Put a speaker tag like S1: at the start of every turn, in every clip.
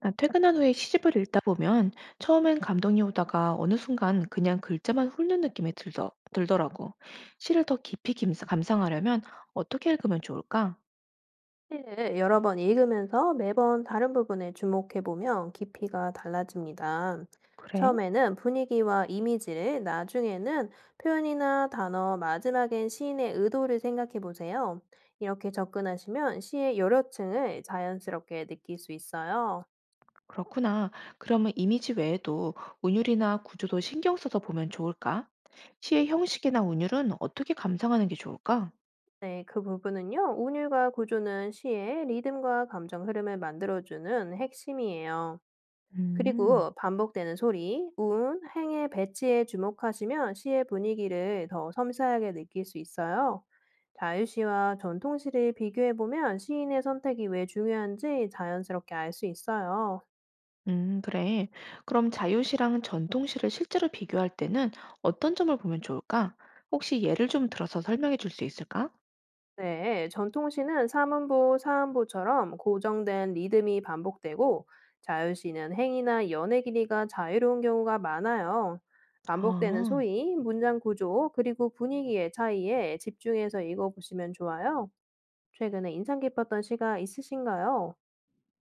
S1: 아, 퇴근한 후에 시집을 읽다 보면 처음엔 감동이 오다가 어느 순간 그냥 글자만 훑는 느낌이 들더라고. 시를 더 깊이 김 감상하려면 어떻게 읽으면 좋을까?
S2: 시를 여러 번 읽으면서 매번 다른 부분에 주목해 보면 깊이가 달라집니다.
S1: 그래?
S2: 처음에는 분위기와 이미지를, 나중에는 표현이나 단어, 마지막엔 시인의 의도를 생각해 보세요. 이렇게 접근하시면 시의 여러 층을 자연스럽게 느낄 수 있어요.
S1: 그렇구나. 그러면 이미지 외에도 운율이나 구조도 신경 써서 보면 좋을까? 시의 형식이나 운율은 어떻게 감상하는 게 좋을까?
S2: 네, 그 부분은요, 운율과 구조는 시의 리듬과 감정 흐름을 만들어주는 핵심이에요.
S1: 음,
S2: 그리고 반복되는 소리, 운, 행의 배치에 주목하시면 시의 분위기를 더 섬세하게 느낄 수 있어요. 자유시와 전통시를 비교해보면 시인의 선택이 왜 중요한지 자연스럽게 알 수 있어요.
S1: 그래. 그럼 자유시랑 전통시를 실제로 비교할 때는 어떤 점을 보면 좋을까? 혹시 예를 좀 들어서 설명해 줄 수 있을까?
S2: 네, 전통시는 사문보, 사음보처럼 고정된 리듬이 반복되고 자유시는 행이나 연의 길이가 자유로운 경우가 많아요. 반복되는
S1: 아,
S2: 소리, 문장 구조, 그리고 분위기의 차이에 집중해서 읽어보시면 좋아요. 최근에 인상 깊었던 시가 있으신가요?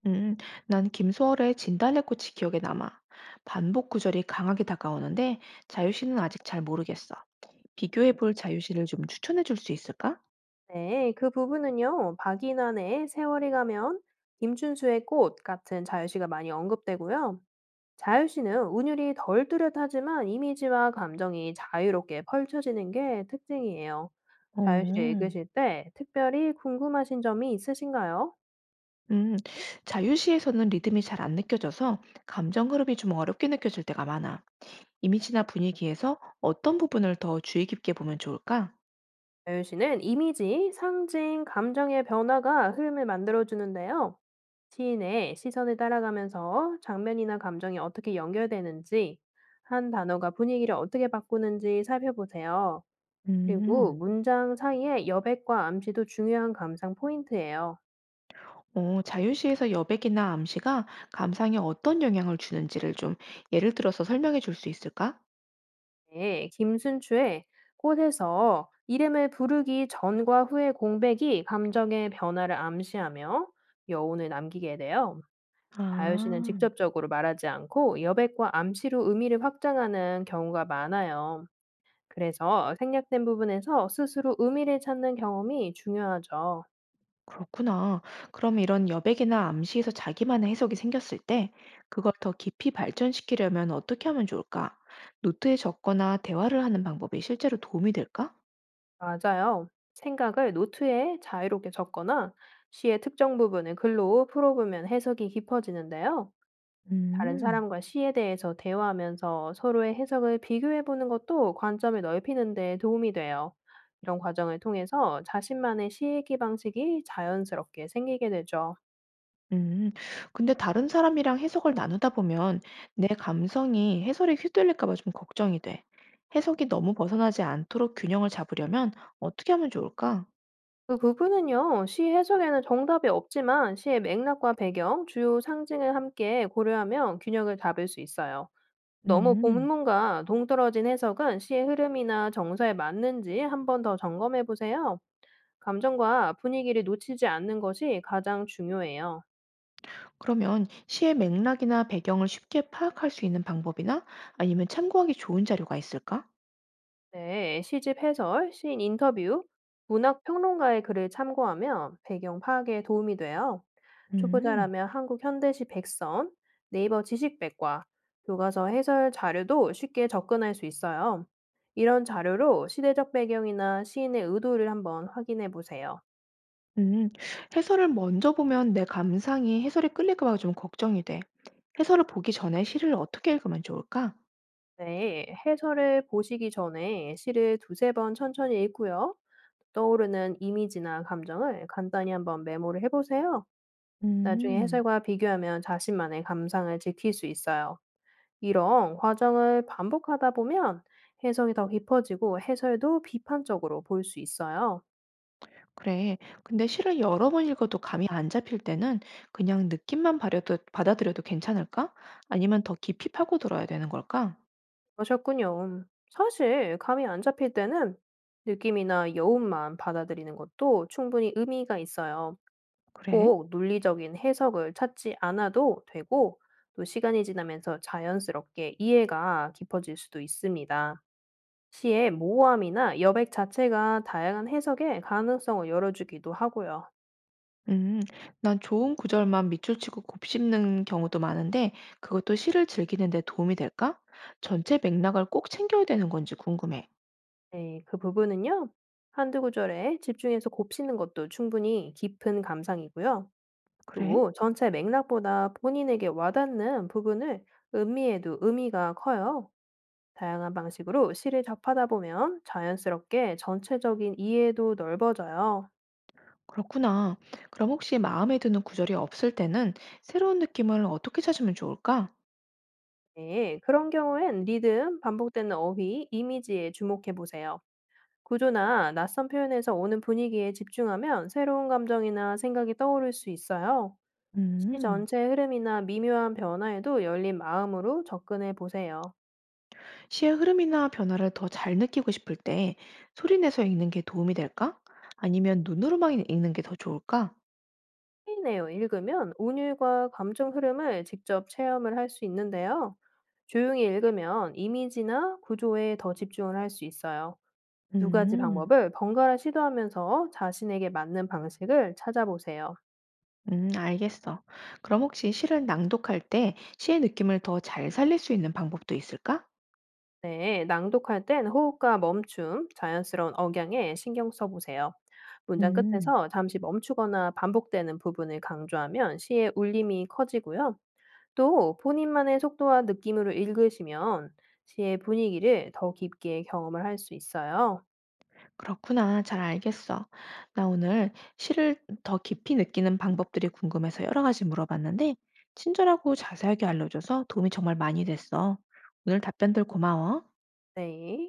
S1: 음, 난 김소월의 진달래꽃이 기억에 남아. 반복 구절이 강하게 다가오는데 자유시는 아직 잘 모르겠어. 비교해 볼 자유시를 좀 추천해 줄 수 있을까?
S2: 네, 그 부분은요. 박인환의 세월이 가면, 김춘수의 꽃 같은 자유시가 많이 언급되고요. 자유시는 운율이 덜 뚜렷하지만 이미지와 감정이 자유롭게 펼쳐지는 게 특징이에요. 자유시를
S1: 어,
S2: 읽으실 때 특별히 궁금하신 점이 있으신가요?
S1: 음, 자유시에서는 리듬이 잘 안 느껴져서 감정 흐름이 좀 어렵게 느껴질 때가 많아. 이미지나 분위기에서 어떤 부분을 더 주의 깊게 보면 좋을까?
S2: 자유시는 이미지, 상징, 감정의 변화가 흐름을 만들어주는데요. 시인의 시선을 따라가면서 장면이나 감정이 어떻게 연결되는지, 한 단어가 분위기를 어떻게 바꾸는지 살펴보세요. 그리고
S1: 음,
S2: 문장 사이에 여백과 암시도 중요한 감상 포인트예요.
S1: 어, 자유시에서 여백이나 암시가 감상에 어떤 영향을 주는지를 좀 예를 들어서 설명해 줄 수 있을까?
S2: 네, 김순추의 꽃에서 이름을 부르기 전과 후의 공백이 감정의 변화를 암시하며 여운을 남기게 돼요. 다효 씨는
S1: 아,
S2: 직접적으로 말하지 않고 여백과 암시로 의미를 확장하는 경우가 많아요. 그래서 생략된 부분에서 스스로 의미를 찾는 경험이 중요하죠.
S1: 그렇구나. 그럼 이런 여백이나 암시에서 자기만의 해석이 생겼을 때 그걸 더 깊이 발전시키려면 어떻게 하면 좋을까? 노트에 적거나 대화를 하는 방법이 실제로 도움이 될까?
S2: 맞아요. 생각을 노트에 자유롭게 적거나 시의 특정 부분을 글로 풀어보면 해석이 깊어지는데요. 다른
S1: 음,
S2: 사람과 시에 대해서 대화하면서 서로의 해석을 비교해보는 것도 관점을 넓히는 데 도움이 돼요. 이런 과정을 통해서 자신만의 시읽기 방식이 자연스럽게 생기게 되죠.
S1: 음. 근데 다른 사람이랑 해석을 나누다 보면 내 감성이 해설에 휘둘릴까 봐 좀 걱정이 돼. 해석이 너무 벗어나지 않도록 균형을 잡으려면 어떻게 하면 좋을까?
S2: 그 부분은요, 시 해석에는 정답이 없지만 시의 맥락과 배경, 주요 상징을 함께 고려하면 균형을 잡을 수 있어요. 너무
S1: 음.
S2: 본문과 동떨어진 해석은 시의 흐름이나 정서에 맞는지 한번 더 점검해 보세요. 감정과 분위기를 놓치지 않는 것이 가장 중요해요.
S1: 그러면 시의 맥락이나 배경을 쉽게 파악할 수 있는 방법이나 아니면 참고하기 좋은 자료가 있을까?
S2: 네, 시집 해설, 시인 인터뷰, 문학 평론가의 글을 참고하면 배경 파악에 도움이 돼요.
S1: 음,
S2: 초보자라면 한국 현대시 백선, 네이버 지식백과, 교과서 해설 자료도 쉽게 접근할 수 있어요. 이런 자료로 시대적 배경이나 시인의 의도를 한번 확인해 보세요.
S1: 음, 해설을 먼저 보면 내 감상이 해설에 끌릴까 봐 좀 걱정이 돼. 해설을 보기 전에 시를 어떻게 읽으면 좋을까?
S2: 네, 해설을 보시기 전에 시를 두세 번 천천히 읽고요. 떠오르는 이미지나 감정을 간단히 한번 메모를 해보세요. 나중에
S1: 음,
S2: 해설과 비교하면 자신만의 감상을 지킬 수 있어요. 이런 과정을 반복하다 보면 해석이 더 깊어지고 해설도 비판적으로 보일 수 있어요.
S1: 그래. 근데 시를 여러 번 읽어도 감이 안 잡힐 때는 그냥 느낌만 도 받아들여도 괜찮을까? 아니면 더 깊이 파고들어야 되는 걸까?
S2: 그러셨군요. 사실 감이 안 잡힐 때는 느낌이나 여운만 받아들이는 것도 충분히 의미가 있어요.
S1: 그래?
S2: 꼭 논리적인 해석을 찾지 않아도 되고 또 시간이 지나면서 자연스럽게 이해가 깊어질 수도 있습니다. 시의 모호함이나 여백 자체가 다양한 해석의 가능성을 열어주기도 하고요.
S1: 음, 난 좋은 구절만 밑줄 치고 곱씹는 경우도 많은데 그것도 시를 즐기는 데 도움이 될까? 전체 맥락을 꼭 챙겨야 되는 건지 궁금해.
S2: 네, 그 부분은요. 한두 구절에 집중해서 곱씹는 것도 충분히 깊은 감상이고요.
S1: 그래?
S2: 또 전체 맥락보다 본인에게 와닿는 부분을 음미해도 의미가 커요. 다양한 방식으로 시를 접하다 보면 자연스럽게 전체적인 이해도 넓어져요.
S1: 그렇구나. 그럼 혹시 마음에 드는 구절이 없을 때는 새로운 느낌을 어떻게 찾으면 좋을까?
S2: 네, 그런 경우엔 리듬, 반복되는 어휘, 이미지에 주목해 보세요. 구조나 낯선 표현에서 오는 분위기에 집중하면 새로운 감정이나 생각이 떠오를 수 있어요. 시
S1: 음,
S2: 전체의 흐름이나 미묘한 변화에도 열린 마음으로 접근해 보세요.
S1: 시의 흐름이나 변화를 더 잘 느끼고 싶을 때 소리 내서 읽는 게 도움이 될까? 아니면 눈으로만 읽는 게 더 좋을까?
S2: 회의 내용 읽으면 운율과 감정 흐름을 직접 체험을 할 수 있는데요. 조용히 읽으면 이미지나 구조에 더 집중을 할 수 있어요. 두 가지
S1: 음.
S2: 방법을 번갈아 시도하면서 자신에게 맞는 방식을 찾아보세요.
S1: 알겠어. 그럼 혹시 시를 낭독할 때 시의 느낌을 더 잘 살릴 수 있는 방법도 있을까?
S2: 네, 낭독할 땐 호흡과 멈춤, 자연스러운 억양에 신경 써보세요. 문장
S1: 음,
S2: 끝에서 잠시 멈추거나 반복되는 부분을 강조하면 시의 울림이 커지고요. 또 본인만의 속도와 느낌으로 읽으시면 시의 분위기를 더 깊게 경험을 할 수 있어요.
S1: 그렇구나. 잘 알겠어. 나 오늘 시를 더 깊이 느끼는 방법들이 궁금해서 여러 가지 물어봤는데, 친절하고 자세하게 알려줘서 도움이 정말 많이 됐어. 오늘 답변들 고마워.
S2: 네.